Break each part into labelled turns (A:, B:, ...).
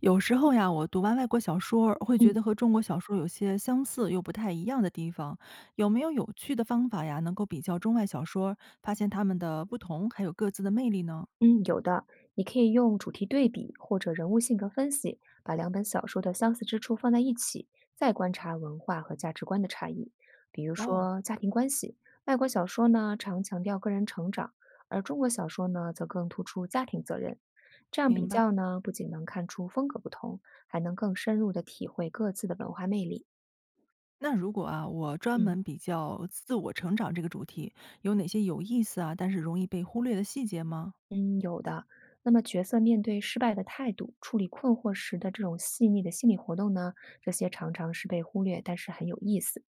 A: 有时候呀，我读完外国小说儿会觉
B: 嗯
A: 得和中国小说有些相似又不太一样的地方。有没有有趣的方法呀，能够比较中外小说，发现它们的不同，还有各自的魅力呢？
B: 嗯，有的，你可以用主题对比或者人物性格分析，把两本小说的相似之处放在一起，再观察文化和价值观的差异。比如
A: 哦，
B: 说家庭关系，外国小说呢常强调个人成长，而中国小说呢则更突出家庭责任。这样比
A: 明白。
B: 较呢，不仅能看出风格不同，还能更深入的体会各自的文化魅力。
A: 那如果啊，我专
B: 嗯。
A: 门比较自我成长这个主题，有哪些有意思啊，但是容易被忽略的细节吗？
B: 嗯，有的。那么角色面对失败的态度，处理困惑时的这种细腻的心理活动呢，这些常常是被忽略，但是很有意思。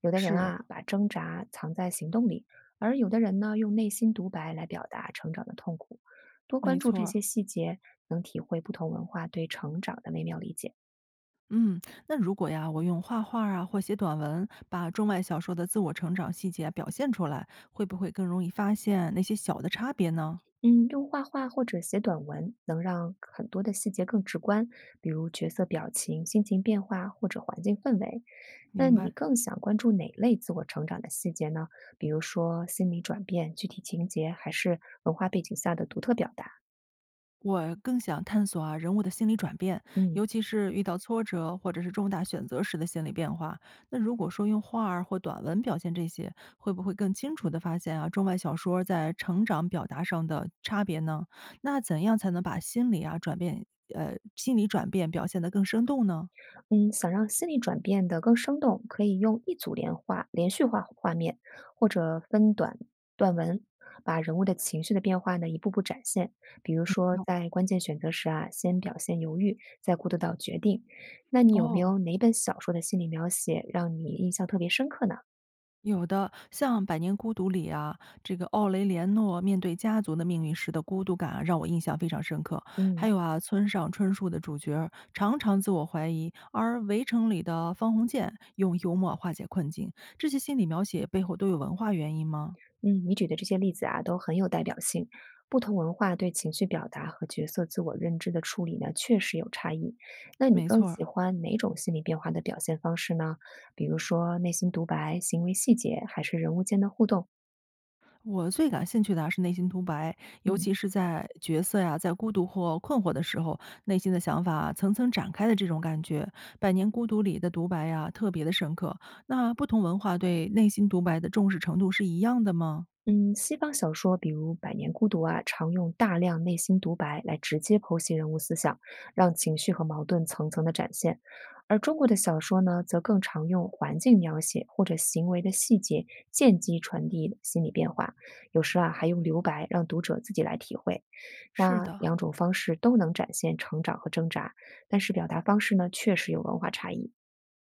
B: 有的人
A: 是，
B: 啊，把挣扎藏在行动里，而有的人呢，用内心独白来表达成长的痛苦。多关
A: 没
B: 注
A: 错
B: 这
A: 儿。
B: 些细节，能体会不同文化对成长的微妙理解。
A: 嗯，那如果呀，我用画画啊或写短文，把中外小说的自我成长细节表现出来，会不会更容易发现那些小的差别呢？
B: 嗯，用画画或者写短文，能让很多的细节更直观，比如角色表情、心情变化或者环境氛围。那
A: 明
B: 你
A: 白。
B: 更想关注哪类自我成长的细节呢？比如说心理转变、具体情节，还是文化背景下的独特表达？
A: 我更想探索啊人物的心理转变，
B: 嗯
A: 尤其是遇到挫折或者是重大选择时的心理变化。那如果说用画儿或短文表现这些，会不会更清楚地发现啊中外小说在成长表达上的差别呢？那怎样才能把心理啊转变，心理转变表现得更生动呢？
B: 嗯，想让心理转变得更生动，可以用一组连画、连续画画面，或者分短段文，把人物的情绪的变化呢一步步展现。比如说，在关键选择时啊，先表现犹豫，再过渡到决定。那你有没有
A: 哦，
B: 哪本小说的心理描写让你印象特别深刻呢？
A: 有的，像《百年孤独》里啊，这个奥雷连诺面对家族的命运时的孤独感啊，让我印象非常深刻。还
B: 嗯。
A: 有啊，村上春树的主角儿常常自我怀疑，而《围城》里的方鸿渐用幽默化解困境，这些心理描写背后都有文化原因吗？
B: 嗯，你举的这些例子啊，都很有代表性。不同文化对情绪表达和角色自我认知的处理呢，确实有差异。那你
A: 没
B: 更
A: 错儿
B: 喜欢哪种心理变化的表现方式呢？比如说内心独白、行为细节，还是人物间的互动？
A: 我最感兴趣的啊是内心独白，尤
B: 嗯。
A: 其是在角色呀、在孤独或困惑的时候，内心的想法层层展开的这种感觉，《百年孤独》里的独白呀特别的深刻。那不同文化对内心独白的重视程度是一样的吗？
B: 嗯，西方小说比如《百年孤独》啊，常用大量内心独白来直接剖析人物思想，让情绪和矛盾层层的展现；而中国的小说呢，则更常用环境描写或者行为的细节间接传递心理变化，有时啊还用留白让读者自己来体会。
A: 是
B: 那
A: 的，
B: 两种方式都能展现成长和挣扎，但是表达方式呢，确实有文化差异。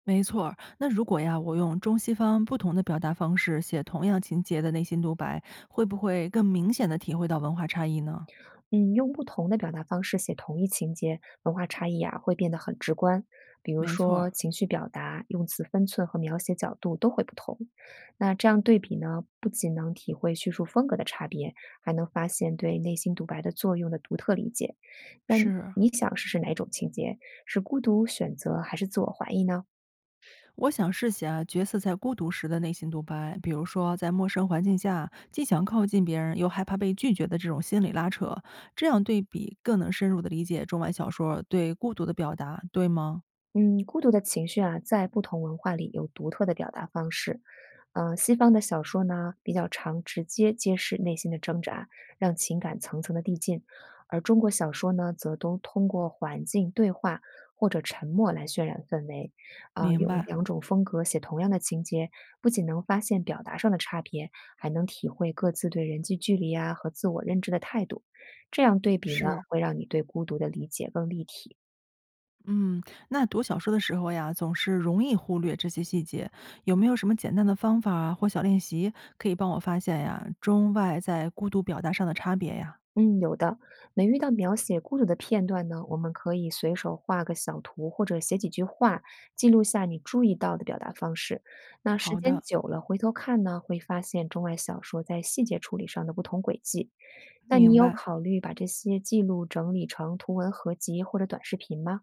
A: 没错儿那如果呀，我用中西方不同的表达方式写同样情节的内心独白，会不会更明显的体会到文化差异呢？
B: 嗯，用不同的表达方式写同一情节，文化差异啊会变得很直观。比如
A: 没错
B: 说
A: 儿
B: 情绪表达、用词分寸和描写角度都会不同。那这样对比呢，不仅能体会叙述风格的差别，还能发现对内心独白的作用的独特理解。那
A: 是
B: 你想试试哪种情节？是孤独选择还是自我怀疑呢？
A: 我想试写啊角色在孤独时的内心独白，比如说在陌生环境下，既想靠近别人，又害怕被拒绝的这种心理拉扯，这样对比更能深入的理解中外小说对孤独的表达，对吗？
B: 嗯，孤独的情绪啊，在不同文化里有独特的表达方式。西方的小说呢，比较常直接揭示内心的挣扎，让情感层层的递进；而中国小说呢，则都通过环境对话或者沉默来渲染氛围。啊、
A: 明
B: 用
A: 白，
B: 两种风格写同样的情节，不仅能发现表达上的差别，还能体会各自对人际距离啊和自我认知的态度。这样对比呢，
A: 是。
B: 会让你对孤独的理解更立体。
A: 嗯，那读小说的时候呀，总是容易忽略这些细节，有没有什么简单的方法啊或小练习可以帮我发现呀中外在孤独表达上的差别呀？
B: 嗯，有的。每遇到描写孤独的片段呢，我们可以随手画个小图，或者写几句话，记录下你注意到的表达方式。那时
A: 好
B: 间
A: 的，
B: 久了，回头看呢，会发现中外小说在细节处理上的不同轨迹。那你
A: 明
B: 有
A: 白。
B: 考虑把这些记录整理成图文合集或者短视频吗？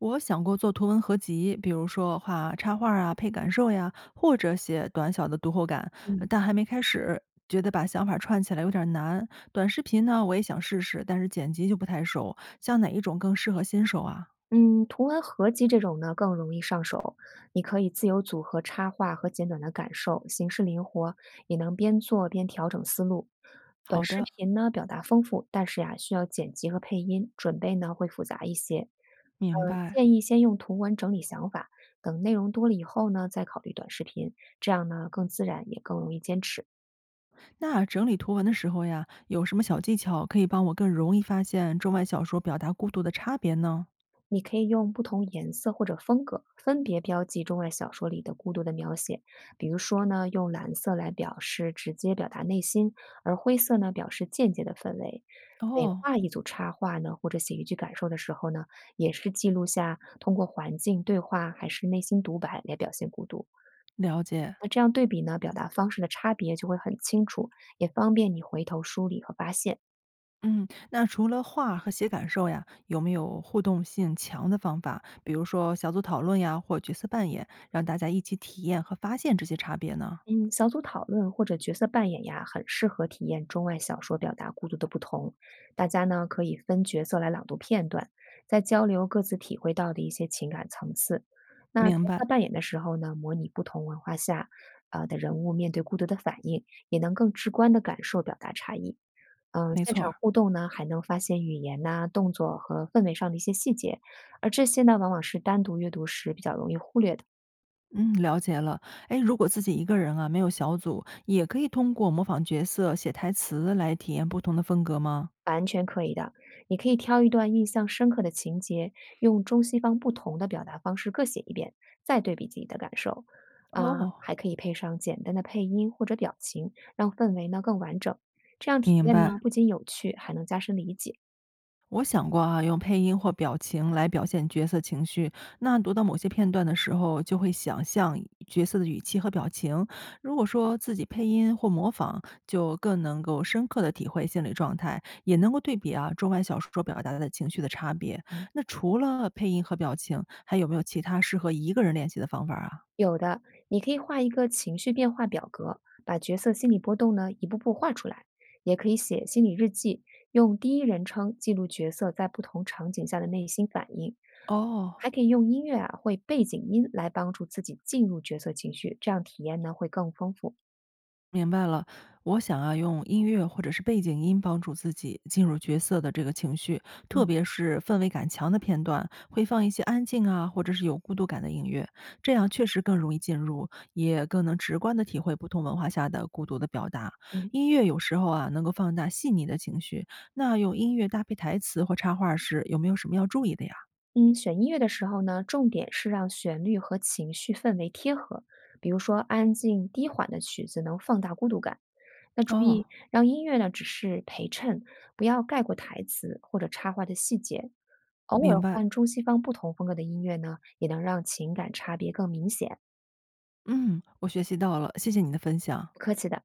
A: 我想过做图文合集，比如说画插画啊、配感受呀，或者写短小的读后感，呃
B: 嗯。
A: 但还没开始，觉得把想法串起来有点难。短视频呢，我也想试试，但是剪辑就不太熟，像哪一种更适合新手啊？
B: 嗯，图文合集这种呢更容易上手，你可以自由组合插画和简短的感受，形式灵活，也能边做边调整思路。短
A: 好
B: 视
A: 的，
B: 频呢表达丰富，但是呀、需要剪辑和配音，准备呢会复杂一些。
A: 明
B: 嗯、
A: 白。
B: 建议先用图文整理想法，等内容多了以后呢再考虑短视频，这样呢更自然也更容易坚持。
A: 那整理图文的时候呀，有什么小技巧可以帮我更容易发现中外小说表达孤独的差别呢？
B: 你可以用不同颜色或者风格分别标记中外小说里的孤独的描写，比如说呢，用蓝色来表示直接表达内心，而灰色呢表示间接的氛围。每
A: 哦，
B: 画一组插画呢，或者写一句感受的时候呢，也是记录下通过环境对话还是内心独白来表现孤独。
A: 了解。
B: 那这样对比呢，表达方式的差别就会很清楚，也方便你回头梳理和发现。
A: 嗯，那除了画和写感受呀，有没有互动性强的方法？比如说小组讨论呀，或角色扮演，让大家一起体验和发现这些差别呢？
B: 嗯，小组讨论或者角色扮演呀，很适合体验中外小说表达孤独的不同。大家呢可以分角色来朗读片段，在交流各自体会到的一些情感层次。那
A: 明
B: 角
A: 白，
B: 色扮演的时候呢，模拟不同文化下，的人物面对孤独的反应，也能更直观的感受表达差异。嗯、
A: 没
B: 现
A: 错儿
B: 场互动呢，还能发现语言呐、动作和氛围上的一些细节，而这些呢，往往是单独阅读时比较容易忽略的。
A: 嗯，了解了。哎，如果自己一个人啊，没有小组，也可以通过模仿角色、写台词来体验不同的风格吗？
B: 完全可以的，你可以挑一段印象深刻的情节，用中西方不同的表达方式各写一遍，再对比自己的感受。啊，还
A: 哦，
B: 可以配上简单的配音或者表情，让氛围呢更完整。这样体
A: 明
B: 验呢
A: 白。
B: 不仅有趣，还能加深理解。
A: 我想过啊，用配音或表情来表现角色情绪。那读到某些片段的时候，就会想象角色的语气和表情。如果说自己配音或模仿，就更能够深刻的体会心理状态，也能够对比啊中外小说表达的情绪的差别。
B: 嗯，
A: 那除了配音和表情，还有没有其他适合一个人练习的方法啊？
B: 有的，你可以画一个情绪变化表格，把角色心理波动呢一步步画出来。也可以写心理日记，用第一人称记录角色在不同场景下的内心反应。
A: 哦，
B: 还可以用音乐啊，会背景音来帮助自己进入角色情绪，这样体验呢会更丰富。
A: 明白了，我想要用音乐或者是背景音帮助自己进入角色的这个情绪，特
B: 嗯
A: 别是氛围感强的片段，会放一些安静啊，或者是有孤独感的音乐，这样确实更容易进入，也更能直观的体会不同文化下的孤独的表达。
B: 嗯
A: 音乐有时候啊，能够放大细腻的情绪。那用音乐搭配台词或插画时，有没有什么要注意的呀？
B: 嗯，选音乐的时候呢，重点是让旋律和情绪氛围贴合。比如说，安静低缓的曲子能放大孤独感。那注
A: 哦，
B: 意，让音乐呢只是陪衬，不要盖过台词或者插画的细节。偶尔
A: 明白，
B: 换中西方不同风格的音乐呢，也能让情感差别更明显。
A: 嗯，我学习到了，谢谢你的分享。
B: 不客气的。